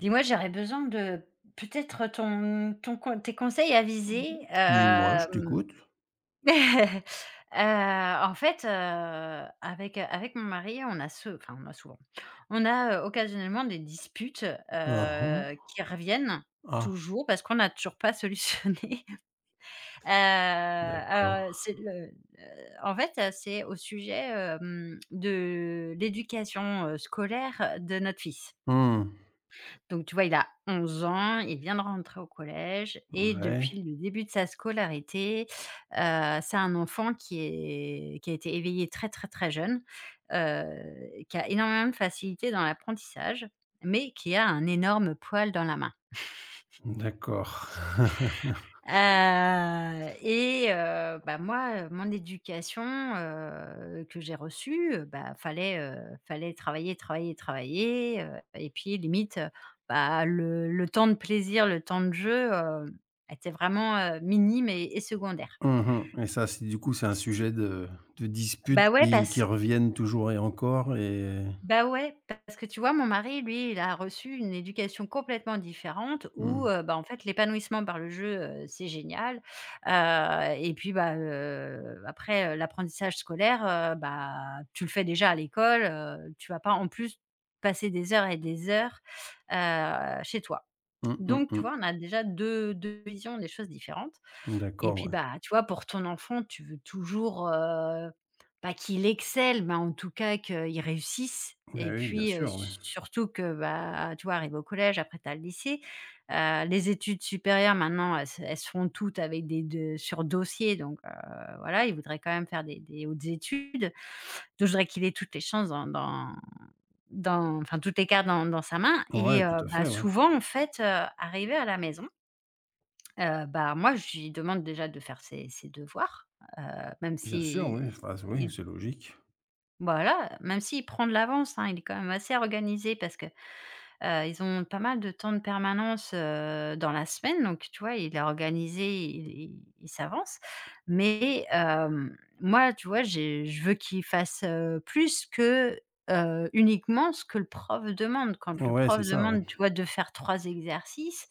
Dis-moi, j'aurais besoin de peut-être ton ton con tes conseils avisés, Dis-moi, je t'écoute. heu, en fait, avec, avec mon mari, on a se enfin, on a souvent, on a, occasionnellement des disputes, Ah hein. Qui reviennent Ah, toujours parce qu'on n'a toujours pas solutionné, d'accord. alors, en fait, c'est au sujet, de l'éducation, scolaire de notre fils. Mmh. Donc tu vois, il a 11 ans, il vient de rentrer au collège et Ouais, depuis le début de sa scolarité, c'est un enfant qui a été éveillé très, très, très jeune, heu, qui a énormément de facilité dans l'apprentissage, mais qui a un énorme poil dans la main. d'accord. Bah, moi, mon éducation, que j'ai reçue, fallait travailler, travailler, travailler, et puis limite, bah, le temps de plaisir, le temps de jeu, était vraiment, minime et secondaire. Mmh, et ça, c'est du coup, c'est un sujet de disputes Bah, ouais qui parce reviennent toujours et encore et Bah, ouais, parce que tu vois, mon mari, lui, il a reçu une éducation complètement différente mmh. où, bah, en fait, l'épanouissement par le jeu, c'est génial, et puis, après, l'apprentissage scolaire, bah, tu le fais déjà à l'école, tu vas pas en plus passer des heures et des heures, chez toi. Mmh, mmh, Donc tu mmh. vois, on a déjà deux visions des choses différentes et D'accord, puis, ouais. bah, tu vois, pour ton enfant, tu veux toujours, pas qu'il excelle, mais en tout cas qu'il réussisse Oui, et oui, bien puis, sûr, oui. su surtout que, bah, tu vois, arrivé au collège, après tu as le lycée. Les études supérieures maintenant, elles se font toutes avec des de sur dossier donc, voilà, il voudrait quand même faire des hautes études. Donc je voudrais qu'il ait toutes les chances dans enfin toutes les cartes dans sa main Ouais, et tout à bah, fait, ouais. souvent en fait, arrivé à la maison bah, moi, je lui demande déjà de faire ses devoirs, heu, même Bien sûr, oui, si enfin, oui, il c'est logique. voilà, même s'il prend de l'avance, hein, il est quand même assez organisé parce que, ils ont pas mal de temps de permanence, dans la semaine donc tu vois, il est organisé, il s'avance mais moi, tu vois, j'ai je veux qu'il fasse, plus que, uniquement ce que le prof demande. Quand le Ouais, prof c'est ça, ouais, demande, tu vois, de faire 3 exercices,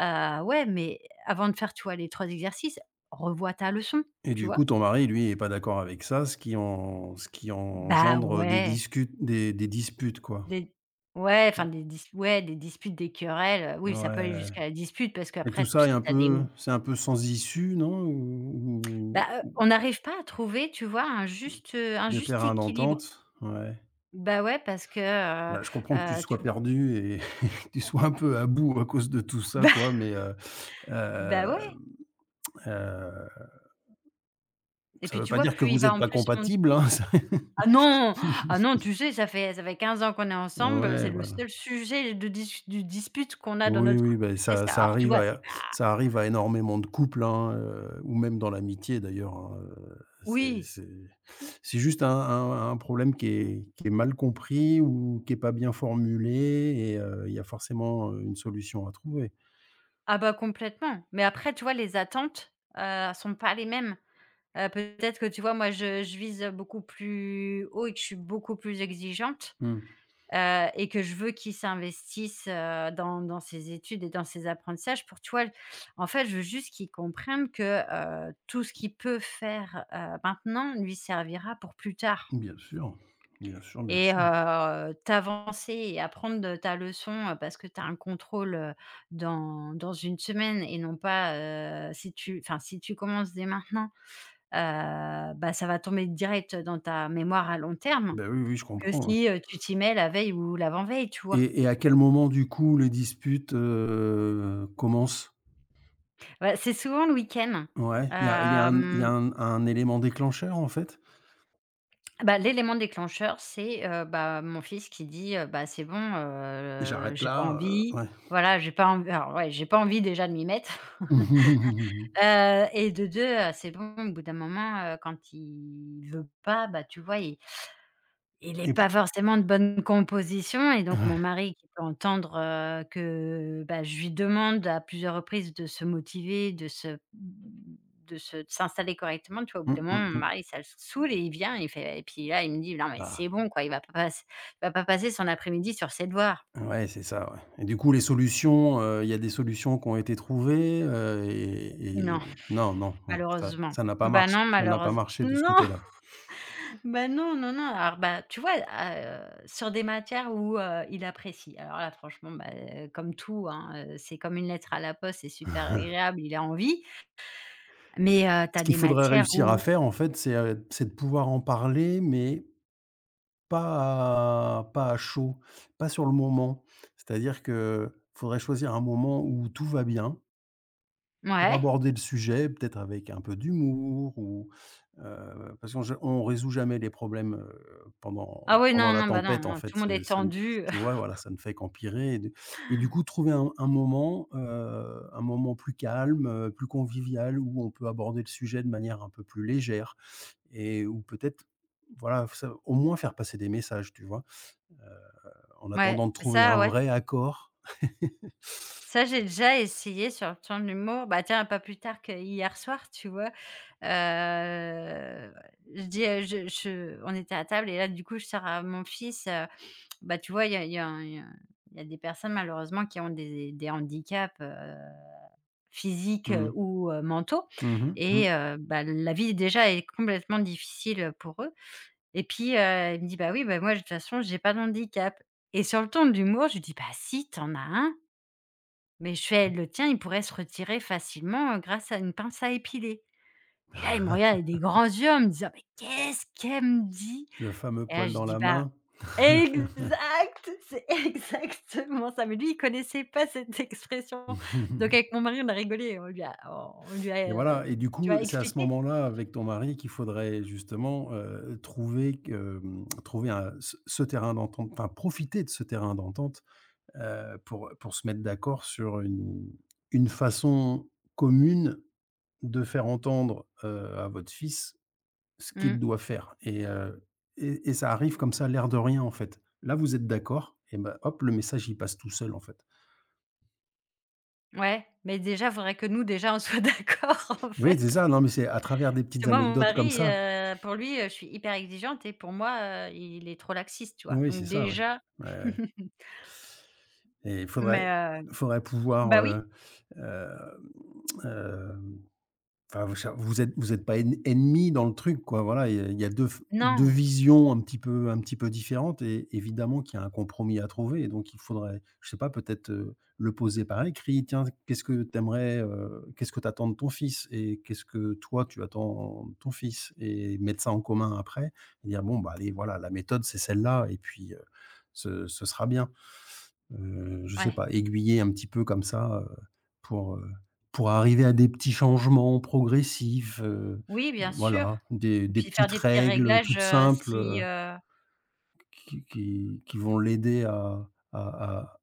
Ouais, mais avant de faire, tu vois, les 3 exercices, revois ta leçon, et tu du coup, vois? ton mari, lui, est pas d'accord avec ça, ce qui Bah engendre des ouais, discutes des disputes, quoi. des ouais, enfin des dis ouais, des disputes, des querelles, Ouais, oui, ça peut aller ouais. jusqu'à la dispute parce Et qu'après, tout tu ça est sais, un tu as des, peu mmh, c'est un peu sans issue, non? Ou bah, ou on n'arrive pas à trouver, tu vois, un de juste terrain équilibre. d'entente? Ouais. Bah ouais, parce que, Bah, je comprends que tu tu sois perdu et que tu sois un peu à bout à cause de tout ça, bah quoi, mais, bah hem, ouais heu, et ça puis, ne veut tu pas vois, dire que plus vous il va n'êtes en pas plus mon compatibles, hein, ça ah non! Ah non, tu sais, ça fait 15 ans qu'on est ensemble, c'est ouais, le voilà. seul sujet de dispute qu'on a dans Oui, notre oui, couple, beh, c'est ça ça. ça Alors, tu arrive vois, c'est à ça arrive à énormément de couples, hein, ou même dans l'amitié d'ailleurs, hein, c'est Oui, c'est c'est juste un problème qui est mal compris ou qui est pas bien formulé et il y a forcément, une solution à trouver. ah bah, complètement. Mais après, tu vois, les attentes, sont pas les mêmes. Peut-être que, tu vois, moi, je vise beaucoup plus haut et que je suis beaucoup plus exigeante, Mmh. Et que je veux qu'il s'investisse, dans ses études et dans ses apprentissages pour, tu vois, en fait, je veux juste qu'il comprenne que, tout ce qu'il peut faire, maintenant lui servira pour plus tard. Bien sûr, bien sûr, bien Et sûr. T'avancer et apprendre de ta leçon, parce que tu as un contrôle, dans une semaine et non pas, si tu enfin si tu commences dès maintenant, bah, ça va tomber direct dans ta mémoire à long terme Ben oui, oui, je que comprends, ouais, si, tu t'y mets la veille ou l'avant-veille, tu vois? et à quel moment du coup les disputes, commencent? Bah, c'est souvent le week-end. Ouais, il y a il Hem, y a un élément déclencheur en fait? bah, l'élément déclencheur, c'est, bah, mon fils qui dit, «Bah, c'est bon, J'arrête j'ai pas là, envie». ouais. Voilà, j'ai pas envie alors ouais, j'ai pas envie déjà de m'y mettre. Mmh mmh mmh. Et de 2, c'est bon, au bout d'un moment, quand il veut pas, bah, tu vois, il est Et p pas forcément de bonne composition et donc ouais. mon mari qui peut entendre, que, bah, je lui demande à plusieurs reprises de se motiver, de s'installer correctement, tu vois? Au bout d'un Mmh, moment, mmh, mon mmh. mari, ça le saoule et il vient, il fait et puis là, il me dit: «Non mais Ah, c'est bon quoi, il va pas passer son après-midi sur ses devoirs». ouais, c'est ça, ouais. Et du coup, les solutions, il y a des solutions qui ont été trouvées, Non, et non, non, ouais, ça malheureusement. ça n'a pas marché de ce Non! côté-là. Bah, non, non, non, alors, bah, tu vois, sur des matières où, il apprécie. Alors là, franchement, bah, comme tout, hein, c'est comme une lettre à la poste, c'est super agréable, il a envie. Mais, Ce tu qu'il des faudrait matières réussir à où faire, en fait, c'est de pouvoir en parler, mais pas à chaud, pas sur le moment. C'est-à-dire que faudrait choisir un moment où tout va bien. Pour ouais. aborder le sujet, peut-être avec un peu d'humour ou, parce qu'on je on résout jamais les problèmes, pendant Ah oui, pendant non, la non, bah, non, tempête en non, tout fait, le monde c'est est ça ne tendu. tu vois? Voilà, ça ne fait qu'empirer et du coup trouver un moment, un moment plus calme, plus convivial où on peut aborder le sujet de manière un peu plus légère et où peut-être, voilà, ça au moins faire passer des messages, tu vois? En attendant de trouver un ouais, vrai accord. ça, j'ai déjà essayé sur le ton de l'humour. Bah, tiens, pas plus tard qu'hier soir, tu vois? Heu, je dis, je on était à table et là, du coup, je sors à mon fils, Bah, tu vois, il y a il y a il y a il y a des personnes malheureusement qui ont des handicaps, physiques, heu, Mmh. ou heu, mentaux Mmh mh. Mmh. et bah, la vie déjà est complètement difficile, pour eux et puis, il me dit: «Bah, oui, bah, moi de toute façon j'ai pas d'handicap» et sur le ton de l'humour, je lui dis: «Bah, si, t'en as un, mais je fais le tien, il pourrait se retirer facilement, grâce à une pince à épiler» et là, il me regarde avec des grands yeux en me disant: «Mais qu'est-ce qu'elle me dit?» Le fameux et là, je poil lui dans dis: la «Bah» main. Exact! C'est exactement ça, mais lui, il connaissait pas cette expression. Donc avec mon mari, on a rigolé, on lui a, Et voilà, et du tu vois, coup, c'est à ce expliqué. moment-là, avec ton mari, qu'il faudrait justement, trouver un ce ce terrain d'entente, enfin profiter de ce terrain d'entente, pour se mettre d'accord sur une façon commune de faire entendre, à votre fils ce qu'il Mmh, doit faire, et ça arrive comme ça, l'air de rien, en fait. Là, vous êtes d'accord et bah, hop, le message, il passe tout seul, en fait. ouais, mais déjà, faudrait que nous, déjà, on soit d'accord, en Oui, fait. c'est ça, non, mais c'est à travers des Parce petites que moi, mon anecdotes comme mari, ça. Pour lui, je suis hyper exigeante et pour moi, il est trop laxiste, tu vois? Oui, c'est Donc ça, ouais. déjà Ouais, ouais, et il faudrait mais heu, pouvoir, bah, oui. Hem, hem, enfin, vous êtes pas en ennemis dans le truc, quoi, voilà. Il y a 2 f 2 Non, visions un petit peu différentes, et évidemment qu'il y a un compromis à trouver, et donc il faudrait, je sais pas, peut-être, le poser par écrit: «Tiens, qu'est-ce que t'aimerais, qu'est-ce que t'attends de ton fils et qu'est-ce que toi tu attends de ton fils?» Et mettre ça en commun après et dire: «Bon, bah, allez, voilà, la méthode, c'est celle-là et puis, ce sera bien». Je sais ouais. pas, aiguiller un petit peu comme ça, pour, heu, pour arriver à des petits changements progressifs, Oui, bien sûr. voilà, des Et des puis faire petites des petits règles, réglages, toutes simples, si, qui vont l'aider à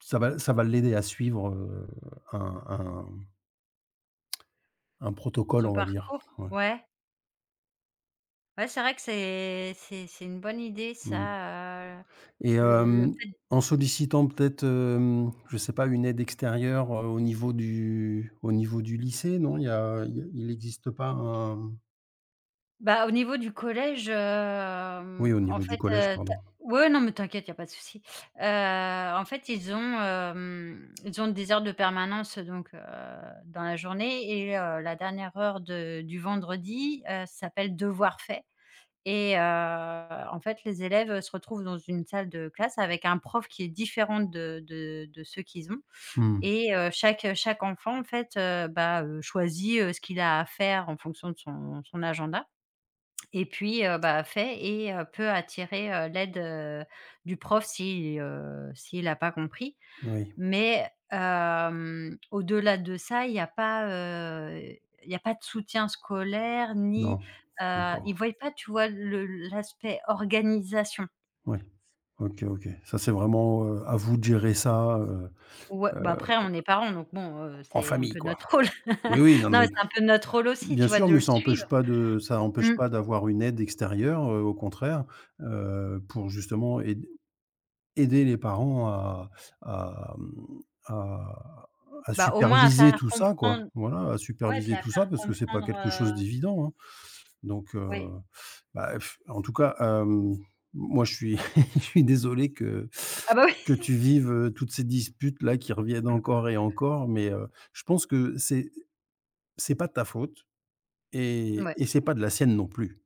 ça va l'aider à suivre, un un un protocole, son on va dire. parcours Ouais. ouais. Ouais, c'est vrai que c'est une bonne idée Mmh, ça, et le fait en sollicitant peut-être, je sais pas, une aide extérieure, au niveau du lycée, non? Il y a il y a il existe pas un. bah, au niveau du collège, Oui, au en niveau du fait, collège, tu pardon. as ouais, non, mais t'inquiète, il y a pas de souci. Heu, en fait, ils ont, ils ont des heures de permanence, donc dans la journée et la dernière heure de du vendredi, s'appelle devoir fait et en fait, les élèves se retrouvent dans une salle de classe avec un prof qui est différent de ceux qu'ils ont Mmh. Et chaque enfant en fait, choisit, ce qu'il a à faire en fonction de son agenda et puis, bah, fait et peut attirer, l'aide, du prof si, s'il a pas compris. Oui. Mais, au-delà de ça, il y a pas, il y a pas de soutien scolaire ni, Non. Ils D'accord. ne voient pas, tu vois, le l'aspect organisation. Oui. OK, OK. Ça, c'est vraiment, à vous de gérer ça, Ouais, heu, bah, après on est parents donc bon, en c'est un famille, peu quoi. notre rôle. Oui, oui, non, Non mais mais c'est un peu notre rôle aussi, bien tu vois, sûr, de mais le suivre. Ça empêche Mmh. pas d'avoir une aide extérieure, au contraire, pour justement aider les parents à, mmh, à à Bah, au moins à superviser faire tout ça, quoi. comprendre Voilà, à ouais, puis superviser à tout ça faire parce que c'est pas comprendre, quelque chose d'évident, hein. Donc, oui. bah, en tout cas, moi je suis je suis désolé que Ah bah, oui. que tu vives, toutes ces disputes-là qui reviennent encore et encore, mais, je pense que c'est pas de ta faute et Ouais. et c'est pas de la sienne non plus.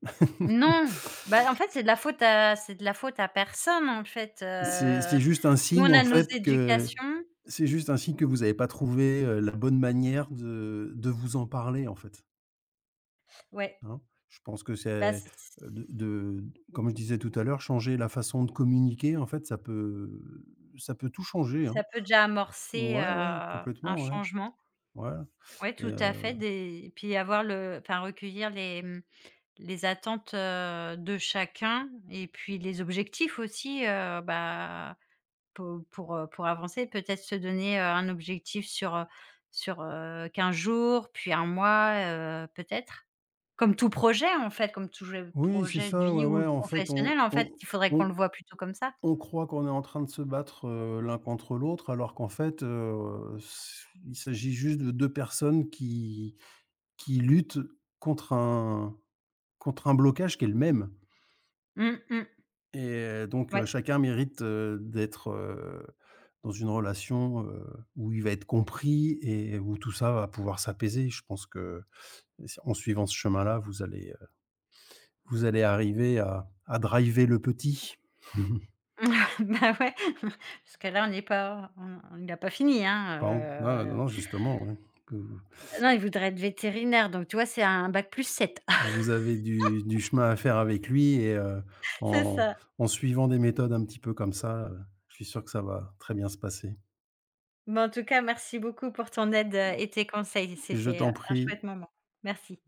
Non, bah, en fait, c'est de la faute à personne, en fait, C'est c'est juste un nous signe on en a nos fait que éducations c'est juste un signe que vous n'avez pas trouvé, la bonne manière de vous en parler, en fait. ouais, Hein? Je pense que c'est bah, c c de comme je disais tout à l'heure, changer la façon de communiquer, en fait, ça peut tout changer, hein. ça peut déjà amorcer, Ouais, ouais, un complètement, ouais. changement. Ouais, Ouais, et tout à heu fait, des puis avoir le enfin recueillir les, mmh Les attentes, de chacun et puis les objectifs aussi, bah, pour avancer, peut-être se donner, un objectif sur, 15 jours, puis un mois, peut-être. Comme tout projet, en fait, comme tout je oui, c'est projet de ça, ouais, vie ou ouais, en fait, professionnel, en fait, il faudrait on qu'on le voit plutôt comme ça. on croit qu'on est en train de se battre, l'un contre l'autre, alors qu'en fait, s il s'agit juste de 2 personnes qui luttent contre un contre un blocage qui est le même. Mmh mh, Donc, ouais. chacun mérite, d'être, dans une relation, où il va être compris et où tout ça va pouvoir s'apaiser. Je pense que s en suivant ce chemin-là, vous allez arriver à driver le petit. Bah, ouais, parce que là, on n'a pas fini, hein, Pardon. Ah non, heu. non, justement, ouais, que vous Non, il voudrait être vétérinaire, donc tu vois, c'est un bac +7 vous avez du chemin à faire avec lui, C'est en ça. Suivant des méthodes un petit peu comme ça, je suis sûr que ça va très bien se passer. Mais en tout cas, merci beaucoup pour ton aide, et tes conseils. Je C'était, t'en un prie. chouette moment. Merci.